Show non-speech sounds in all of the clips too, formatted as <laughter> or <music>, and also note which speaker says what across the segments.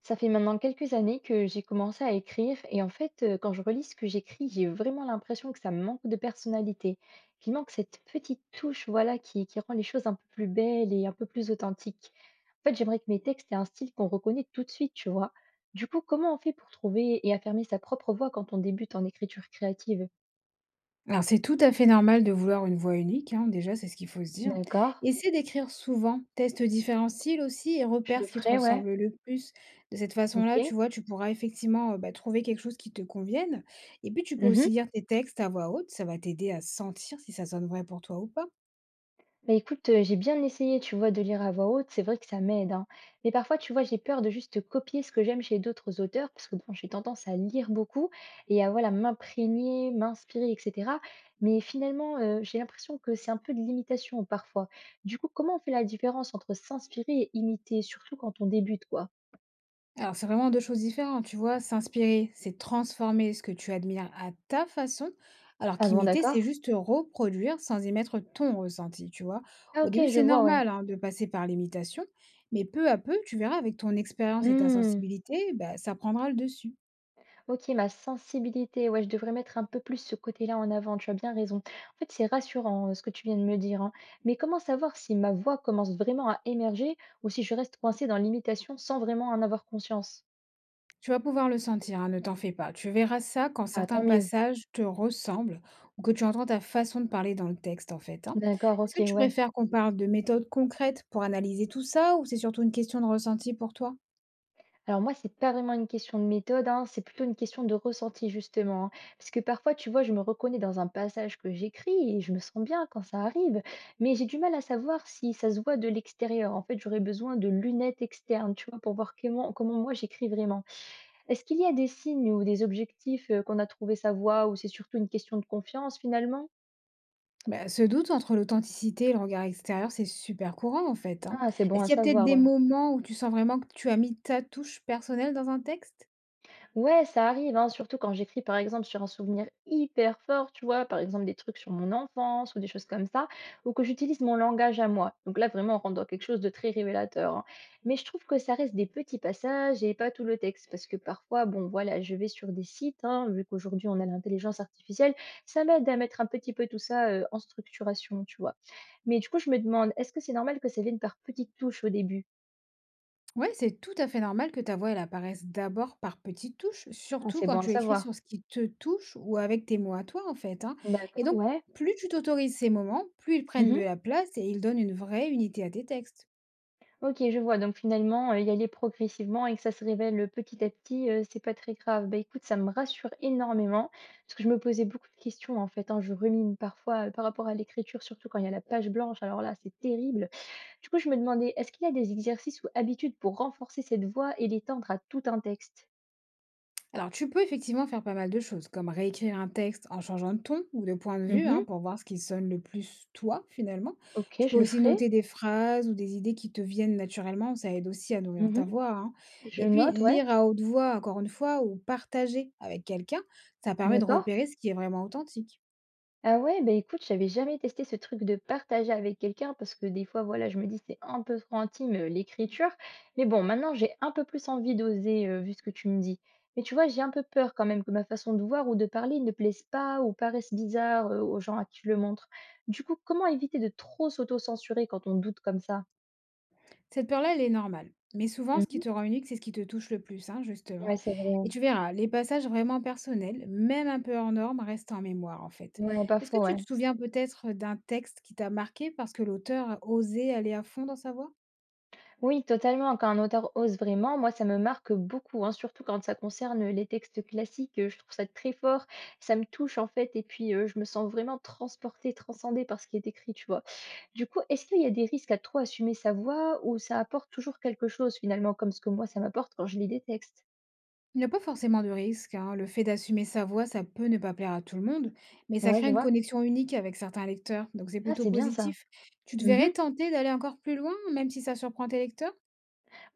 Speaker 1: Ça fait maintenant quelques années que j'ai commencé à écrire et en fait, quand je relis ce que j'écris, j'ai vraiment l'impression que ça me manque de personnalité, qu'il manque cette petite touche, voilà, qui rend les choses un peu plus belles et un peu plus authentiques. En fait, j'aimerais que mes textes aient un style qu'on reconnaît tout de suite, tu vois? Du coup, comment on fait pour trouver et affirmer sa propre voix quand on débute en écriture créative?
Speaker 2: Alors, c'est tout à fait normal de vouloir une voix unique, hein, déjà, c'est ce qu'il faut se dire.
Speaker 1: D'accord,
Speaker 2: Essaie d'écrire souvent, teste différents styles aussi et
Speaker 1: je
Speaker 2: repère
Speaker 1: le
Speaker 2: ce qui te
Speaker 1: ferai, ouais.
Speaker 2: ressemble le plus. De cette façon-là, tu
Speaker 1: OK.
Speaker 2: vois, tu pourras effectivement bah, trouver quelque chose qui te convienne. Et puis, tu peux
Speaker 1: Mmh.
Speaker 2: aussi lire tes textes à voix haute, ça va t'aider à sentir si ça sonne vrai pour toi ou pas.
Speaker 1: Bah écoute, j'ai bien essayé, tu vois, de lire à voix haute, c'est vrai que ça m'aide, hein. Mais parfois, tu vois, j'ai peur de juste copier ce que j'aime chez d'autres auteurs parce que bon, j'ai tendance à lire beaucoup et à voilà, m'imprégner, m'inspirer et cetera. Mais finalement, j'ai l'impression que c'est un peu de l'imitation parfois. Du coup, comment on fait la différence entre s'inspirer et imiter, surtout quand on débute, quoi?
Speaker 2: Alors, c'est vraiment 2 choses différentes, tu vois? S'inspirer, c'est transformer ce que tu admires à ta façon, alors
Speaker 1: Ah bon,
Speaker 2: qu'imiter,
Speaker 1: d'accord.
Speaker 2: c'est juste reproduire sans y mettre ton ressenti, tu vois?
Speaker 1: Ah
Speaker 2: Au
Speaker 1: OK,
Speaker 2: début,
Speaker 1: je
Speaker 2: c'est
Speaker 1: vois, ouais.
Speaker 2: normal, hein, de passer par l'imitation, mais peu à peu, tu verras, avec ton expérience et ta
Speaker 1: Mmh.
Speaker 2: sensibilité, bah, ça prendra le dessus.
Speaker 1: OK, ma sensibilité, ouais, je devrais mettre un peu plus ce côté-là en avant, tu as bien raison. En fait, c'est rassurant, ce que tu viens de me dire, hein, mais comment savoir si ma voix commence vraiment à émerger ou si je reste coincée dans l'imitation sans vraiment en avoir conscience?
Speaker 2: Tu vas pouvoir le sentir, hein, ne t'en fais pas. Tu verras ça quand
Speaker 1: Ah tant
Speaker 2: certains
Speaker 1: mieux.
Speaker 2: passages te ressemblent ou que tu entends ta façon de parler dans le texte, en fait, hein.
Speaker 1: D'accord,
Speaker 2: Est-ce
Speaker 1: OK,
Speaker 2: que tu
Speaker 1: ouais.
Speaker 2: préfères qu'on parle de méthodes concrètes pour analyser tout ça ou c'est surtout une question de ressenti pour toi?
Speaker 1: Alors moi, c'est pas vraiment une question de méthode, hein, c'est plutôt une question de ressenti justement, hein. Parce que parfois, tu vois, je me reconnais dans un passage que j'écris et je me sens bien quand ça arrive, mais j'ai du mal à savoir si ça se voit de l'extérieur. En fait, j'aurais besoin de lunettes externes, tu vois, pour voir comment moi j'écris vraiment. Est-ce qu'il y a des signes ou des objectifs qu'on a trouvé sa voix ou c'est surtout une question de confiance finalement?
Speaker 2: Bah, ce doute entre l'authenticité et le regard extérieur, c'est super courant, en fait, hein.
Speaker 1: Ah, c'est bon
Speaker 2: Est-ce
Speaker 1: à
Speaker 2: qu'il y a peut-être
Speaker 1: savoir,
Speaker 2: des
Speaker 1: ouais.
Speaker 2: moments où tu sens vraiment que tu as mis ta touche personnelle dans un texte?
Speaker 1: Ouais, ça arrive, hein, surtout quand j'écris par exemple sur un souvenir hyper fort, tu vois, par exemple des trucs sur mon enfance ou des choses comme ça, ou que j'utilise mon langage à moi. Donc là, vraiment, on rentre dans quelque chose de très révélateur, hein. Mais je trouve que ça reste des petits passages et pas tout le texte, parce que parfois, bon, voilà, je vais sur des sites, hein, vu qu'aujourd'hui on a l'intelligence artificielle, ça m'aide à mettre un petit peu tout ça en structuration, tu vois. Mais du coup, je me demande, est-ce que c'est normal que ça vienne par petites touches au début?
Speaker 2: Ouais, c'est tout à fait normal que ta voix elle apparaisse d'abord par petites touches,
Speaker 1: Ah,
Speaker 2: surtout
Speaker 1: c'est
Speaker 2: quand
Speaker 1: bon à
Speaker 2: tu écris
Speaker 1: savoir.
Speaker 2: sur ce qui te touche ou avec tes mots à toi en fait, hein. Et
Speaker 1: D'accord,
Speaker 2: donc,
Speaker 1: ouais.
Speaker 2: plus tu t'autorises ces moments, plus ils prennent de
Speaker 1: Mhm.
Speaker 2: la place et ils donnent une vraie unité à tes textes.
Speaker 1: OK, je vois. Donc finalement, y aller progressivement et que ça se révèle, petit à petit, c'est pas très grave. Bah, écoute, ça me rassure énormément parce que je me posais beaucoup de questions, en fait, hein. Je rumine parfois, par rapport à l'écriture, surtout quand il y a la page blanche. Alors là, c'est terrible. Du coup, je me demandais, est-ce qu'il y a des exercices ou habitudes pour renforcer cette voix et l'étendre à tout un texte?
Speaker 2: Alors, tu peux effectivement faire pas mal de choses, comme réécrire un texte en changeant de ton ou de point de vue, hein,
Speaker 1: Mmh.
Speaker 2: pour voir ce qui sonne le plus toi, finalement.
Speaker 1: OK,
Speaker 2: Tu peux
Speaker 1: je le
Speaker 2: aussi
Speaker 1: ferai.
Speaker 2: noter des phrases ou des idées qui te viennent naturellement, ça aide aussi à nourrir
Speaker 1: Mmh.
Speaker 2: ta voix, hein.
Speaker 1: Je
Speaker 2: Et puis,
Speaker 1: note, ouais.
Speaker 2: lire à haute voix, encore une fois, ou partager avec quelqu'un, ça permet de
Speaker 1: D'accord.
Speaker 2: repérer ce qui est vraiment authentique.
Speaker 1: Ah ouais, bah écoute, j'avais jamais testé ce truc de partager avec quelqu'un parce que des fois, voilà, je me dis c'est un peu trop intime l'écriture. Mais bon, maintenant j'ai un peu plus envie d'oser vu ce que tu me dis. Mais tu vois, j'ai un peu peur quand même que ma façon de voir ou de parler ne plaise pas ou paraisse bizarre aux gens à qui je le montre. Du coup, comment éviter de trop s'auto-censurer quand on doute comme ça?
Speaker 2: Cette peur-là, elle est normale. Mais souvent, ce qui
Speaker 1: Mhm.
Speaker 2: te rend unique, c'est ce qui te touche le plus, hein, justement.
Speaker 1: Ouais, c'est vrai.
Speaker 2: Et tu verras, les passages vraiment personnels, même un peu hors norme, restent en mémoire, en fait.
Speaker 1: Ouais, pas
Speaker 2: Est-ce que
Speaker 1: faux,
Speaker 2: tu
Speaker 1: ouais.
Speaker 2: te souviens peut-être d'un texte qui t'a marqué parce que l'auteur a osé aller à fond dans sa voix?
Speaker 1: Oui, totalement. Quand un auteur ose vraiment, moi, ça me marque beaucoup, hein, surtout quand ça concerne les textes classiques. Je trouve ça très fort, ça me touche en fait, et puis je me sens vraiment transportée, transcendée par ce qui est écrit, tu vois. Du coup, est-ce qu'il y a des risques à trop assumer sa voix ou ça apporte toujours quelque chose finalement, comme ce que moi, ça m'apporte quand je lis des textes?
Speaker 2: Il n'y a pas forcément de risque, hein. Le fait d'assumer sa voix, ça peut ne pas plaire à tout le monde, mais ça
Speaker 1: Ouais,
Speaker 2: crée
Speaker 1: je
Speaker 2: une
Speaker 1: vois.
Speaker 2: connexion unique avec certains lecteurs, donc c'est
Speaker 1: Ah,
Speaker 2: plutôt
Speaker 1: c'est bien ça.
Speaker 2: positif. Tu te verrais
Speaker 1: Mhm.
Speaker 2: tenter d'aller encore plus loin, même si ça surprend tes lecteurs?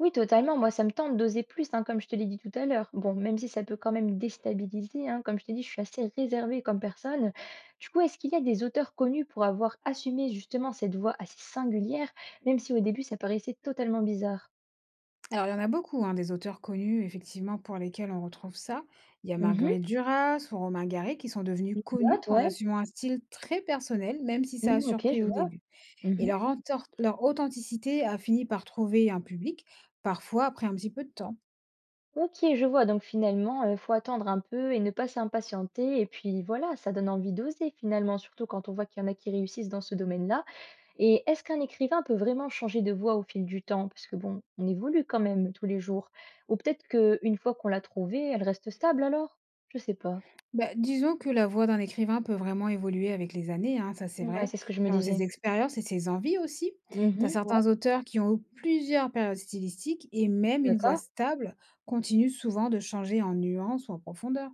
Speaker 1: Oui, totalement. Moi, ça me tente d'oser plus, hein, comme je te l'ai dit tout à l'heure. Bon, même si ça peut quand même déstabiliser, hein, comme je t'ai dit, je suis assez réservée comme personne. Du coup, est-ce qu'il y a des auteurs connus pour avoir assumé justement cette voix assez singulière, même si au début ça paraissait totalement bizarre?
Speaker 2: Alors, il y en a beaucoup, hein, des auteurs connus, effectivement, pour lesquels on retrouve ça. Il y a
Speaker 1: Mhm.
Speaker 2: Marguerite Duras ou Romain Gary qui sont devenus
Speaker 1: Je
Speaker 2: connus
Speaker 1: note,
Speaker 2: en
Speaker 1: ouais.
Speaker 2: assumant un style très personnel, même si ça a
Speaker 1: Mhm, ok,
Speaker 2: surpris
Speaker 1: je
Speaker 2: au
Speaker 1: vois.
Speaker 2: début. Et
Speaker 1: Mhm.
Speaker 2: leur authenticité a fini par trouver un public, parfois après un petit peu de temps.
Speaker 1: Ok, je vois. Donc finalement, il faut attendre un peu et ne pas s'impatienter. Et puis voilà, ça donne envie d'oser finalement, surtout quand on voit qu'il y en a qui réussissent dans ce domaine-là. Et est-ce qu'un écrivain peut vraiment changer de voix au fil du temps? Parce que bon, on évolue quand même tous les jours. Ou peut-être qu'une fois qu'on l'a trouvée, elle reste stable alors? Je sais pas.
Speaker 2: Bah, disons que la voix d'un écrivain peut vraiment évoluer avec les années, hein, ça c'est
Speaker 1: Ouais,
Speaker 2: vrai,
Speaker 1: c'est ce que je me
Speaker 2: selon ses
Speaker 1: disais.
Speaker 2: expériences et ses envies aussi. Tu as
Speaker 1: Mmh. Ouais.
Speaker 2: certains auteurs qui ont eu plusieurs périodes stylistiques, et même une voix
Speaker 1: D'accord.
Speaker 2: stable continue souvent de changer en nuances ou en profondeur.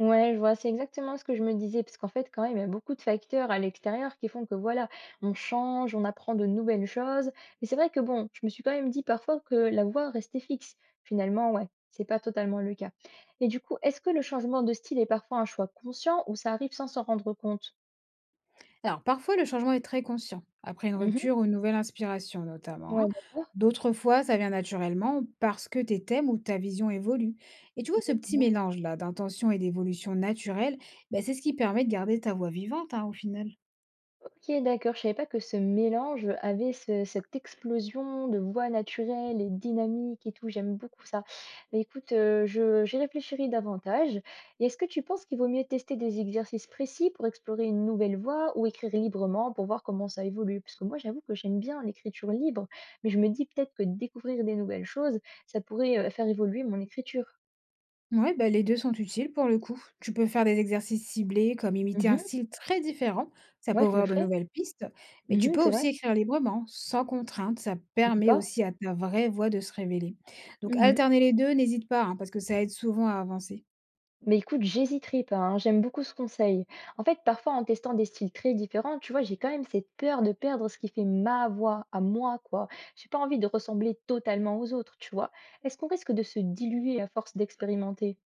Speaker 1: Ouais, je vois, c'est exactement ce que je me disais, parce qu'en fait, quand même, il y a beaucoup de facteurs à l'extérieur qui font que voilà, on change, on apprend de nouvelles choses. Mais c'est vrai que bon, je me suis quand même dit parfois que la voie restait fixe. Finalement, ouais, c'est pas totalement le cas. Et du coup, est-ce que le changement de style est parfois un choix conscient ou ça arrive sans s'en rendre compte?
Speaker 2: Alors parfois le changement est très conscient, après une
Speaker 1: Mhm.
Speaker 2: rupture ou une nouvelle inspiration notamment,
Speaker 1: Ouais,
Speaker 2: hein.
Speaker 1: d'accord.
Speaker 2: D'autres fois ça vient naturellement parce que tes thèmes ou ta vision évoluent. Et tu vois ce petit mélange-là d'intention et d'évolution naturelle, bah, c'est ce qui permet de garder ta voix vivante, hein, au final.
Speaker 1: OK, d'accord, je savais pas que ce mélange avait ce cette explosion de voix naturelle et dynamique et tout, j'aime beaucoup ça. Bah, écoute, je j'y réfléchirai davantage et est-ce que tu penses qu'il vaut mieux tester des exercices précis pour explorer une nouvelle voie ou écrire librement pour voir comment ça évolue? Parce que moi, j'avoue que j'aime bien l'écriture libre, mais je me dis peut-être que découvrir des nouvelles choses, ça pourrait, faire évoluer mon écriture.
Speaker 2: Ouais, bah, les deux sont utiles pour le coup. Tu peux faire des exercices ciblés, comme imiter un
Speaker 1: Mmh.
Speaker 2: style très différent, ça peut
Speaker 1: Ouais, je le
Speaker 2: ouvrir de
Speaker 1: ferai.
Speaker 2: nouvelles pistes, mais tu
Speaker 1: Mmh,
Speaker 2: peux
Speaker 1: c'est vrai.
Speaker 2: aussi écrire librement, sans contrainte, ça permet
Speaker 1: D'accord.
Speaker 2: aussi à ta vraie voix de se révéler. Donc
Speaker 1: Mmh.
Speaker 2: alterner les deux, n'hésite pas, hein, parce que ça aide souvent à avancer.
Speaker 1: Mais écoute, j'hésiterai pas, hein, j'aime beaucoup ce conseil. En fait, parfois, en testant des styles très différents, tu vois, j'ai quand même cette peur de perdre ce qui fait ma voix à moi, quoi. J'ai pas envie de ressembler totalement aux autres, tu vois. Est-ce qu'on risque de se diluer à force d'expérimenter?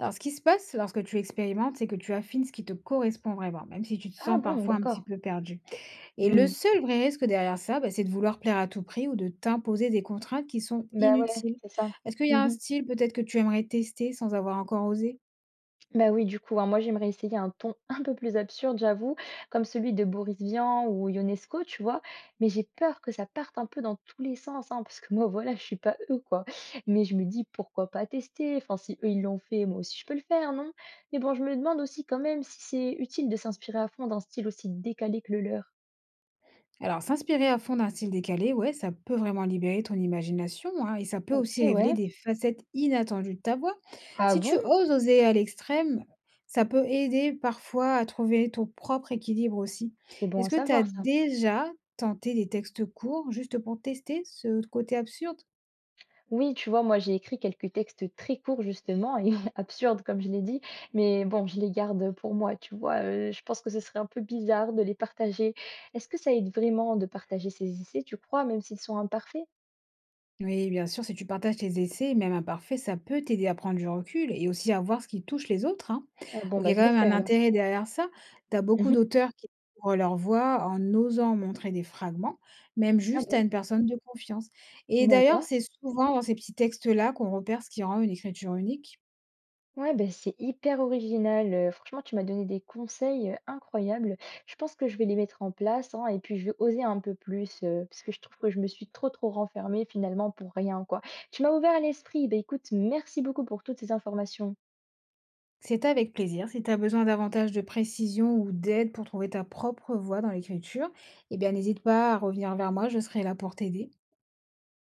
Speaker 2: Alors ce qui se passe lorsque tu expérimentes, c'est que tu affines ce qui te correspond vraiment, même si tu te
Speaker 1: Ah
Speaker 2: sens
Speaker 1: bon,
Speaker 2: parfois un petit
Speaker 1: d'accord.
Speaker 2: peu perdu. Et le
Speaker 1: Hmm.
Speaker 2: seul vrai risque derrière ça, bah, c'est de vouloir plaire à tout prix ou de t'imposer des contraintes qui sont
Speaker 1: Bah ouais,
Speaker 2: inutiles.
Speaker 1: c'est ça.
Speaker 2: Est-ce qu'il y a un style peut-être que tu aimerais tester sans avoir encore osé?
Speaker 1: Bah, oui, du coup, hein, moi j'aimerais essayer un ton <laughs> un peu plus absurde, j'avoue, comme celui de Boris Vian ou Ionesco, tu vois? Mais j'ai peur que ça parte un peu dans tous les sens, hein, parce que moi, voilà, je suis pas eux, quoi. Mais je me dis, pourquoi pas tester? Enfin, si eux, ils l'ont fait, moi aussi, je peux le faire, non? Mais bon, je me demande aussi quand même si c'est utile de s'inspirer à fond d'un style aussi décalé que le leur.
Speaker 2: Alors, s'inspirer à fond d'un style décalé, ouais, ça peut vraiment libérer ton imagination, hein, et ça peut
Speaker 1: Ok,
Speaker 2: aussi révéler
Speaker 1: ouais.
Speaker 2: des facettes inattendues de ta voix.
Speaker 1: Ah
Speaker 2: Si tu
Speaker 1: bon?
Speaker 2: oses oser à l'extrême, ça peut aider parfois à trouver ton propre équilibre aussi.
Speaker 1: C'est bon à
Speaker 2: Est-ce que tu as
Speaker 1: savoir ça.
Speaker 2: déjà tenté des textes courts juste pour tester ce côté absurde?
Speaker 1: Oui, tu vois, moi j'ai écrit quelques textes très courts justement et <laughs> absurdes comme je l'ai dit, mais bon, je les garde pour moi, tu vois. Je pense que ce serait un peu bizarre de les partager. Est-ce que ça aide vraiment de partager ses essais, tu crois, même s'ils sont imparfaits?
Speaker 2: Oui, bien sûr, si tu partages tes essais, même imparfaits, ça peut t'aider à prendre du recul et aussi à voir ce qui touche les autres, hein.
Speaker 1: Bon,
Speaker 2: Donc, il y
Speaker 1: bah
Speaker 2: a
Speaker 1: je le
Speaker 2: quand même
Speaker 1: ferai
Speaker 2: un
Speaker 1: alors.
Speaker 2: intérêt derrière ça. Tu as beaucoup
Speaker 1: Mhm.
Speaker 2: d'auteurs qui ouvrent leur voix en osant montrer des fragments, même
Speaker 1: Ah
Speaker 2: juste à
Speaker 1: bon?
Speaker 2: une personne de confiance. Et d'ailleurs,
Speaker 1: D'accord.
Speaker 2: c'est souvent dans ces petits textes-là qu'on repère ce qui rend une écriture unique.
Speaker 1: Ouais, ben c'est hyper original, franchement tu m'as donné des conseils, incroyables. Je pense que je vais les mettre en place, hein, et puis je vais oser un peu plus, parce que je trouve que je me suis trop renfermée finalement pour rien, quoi. Tu m'as ouvert l'esprit, Ben écoute merci beaucoup pour toutes ces informations.
Speaker 2: C'est avec plaisir. Si tu as besoin davantage de précision ou d'aide pour trouver ta propre voix dans l'écriture, eh bien, n'hésite pas à revenir vers moi, je serai là pour t'aider.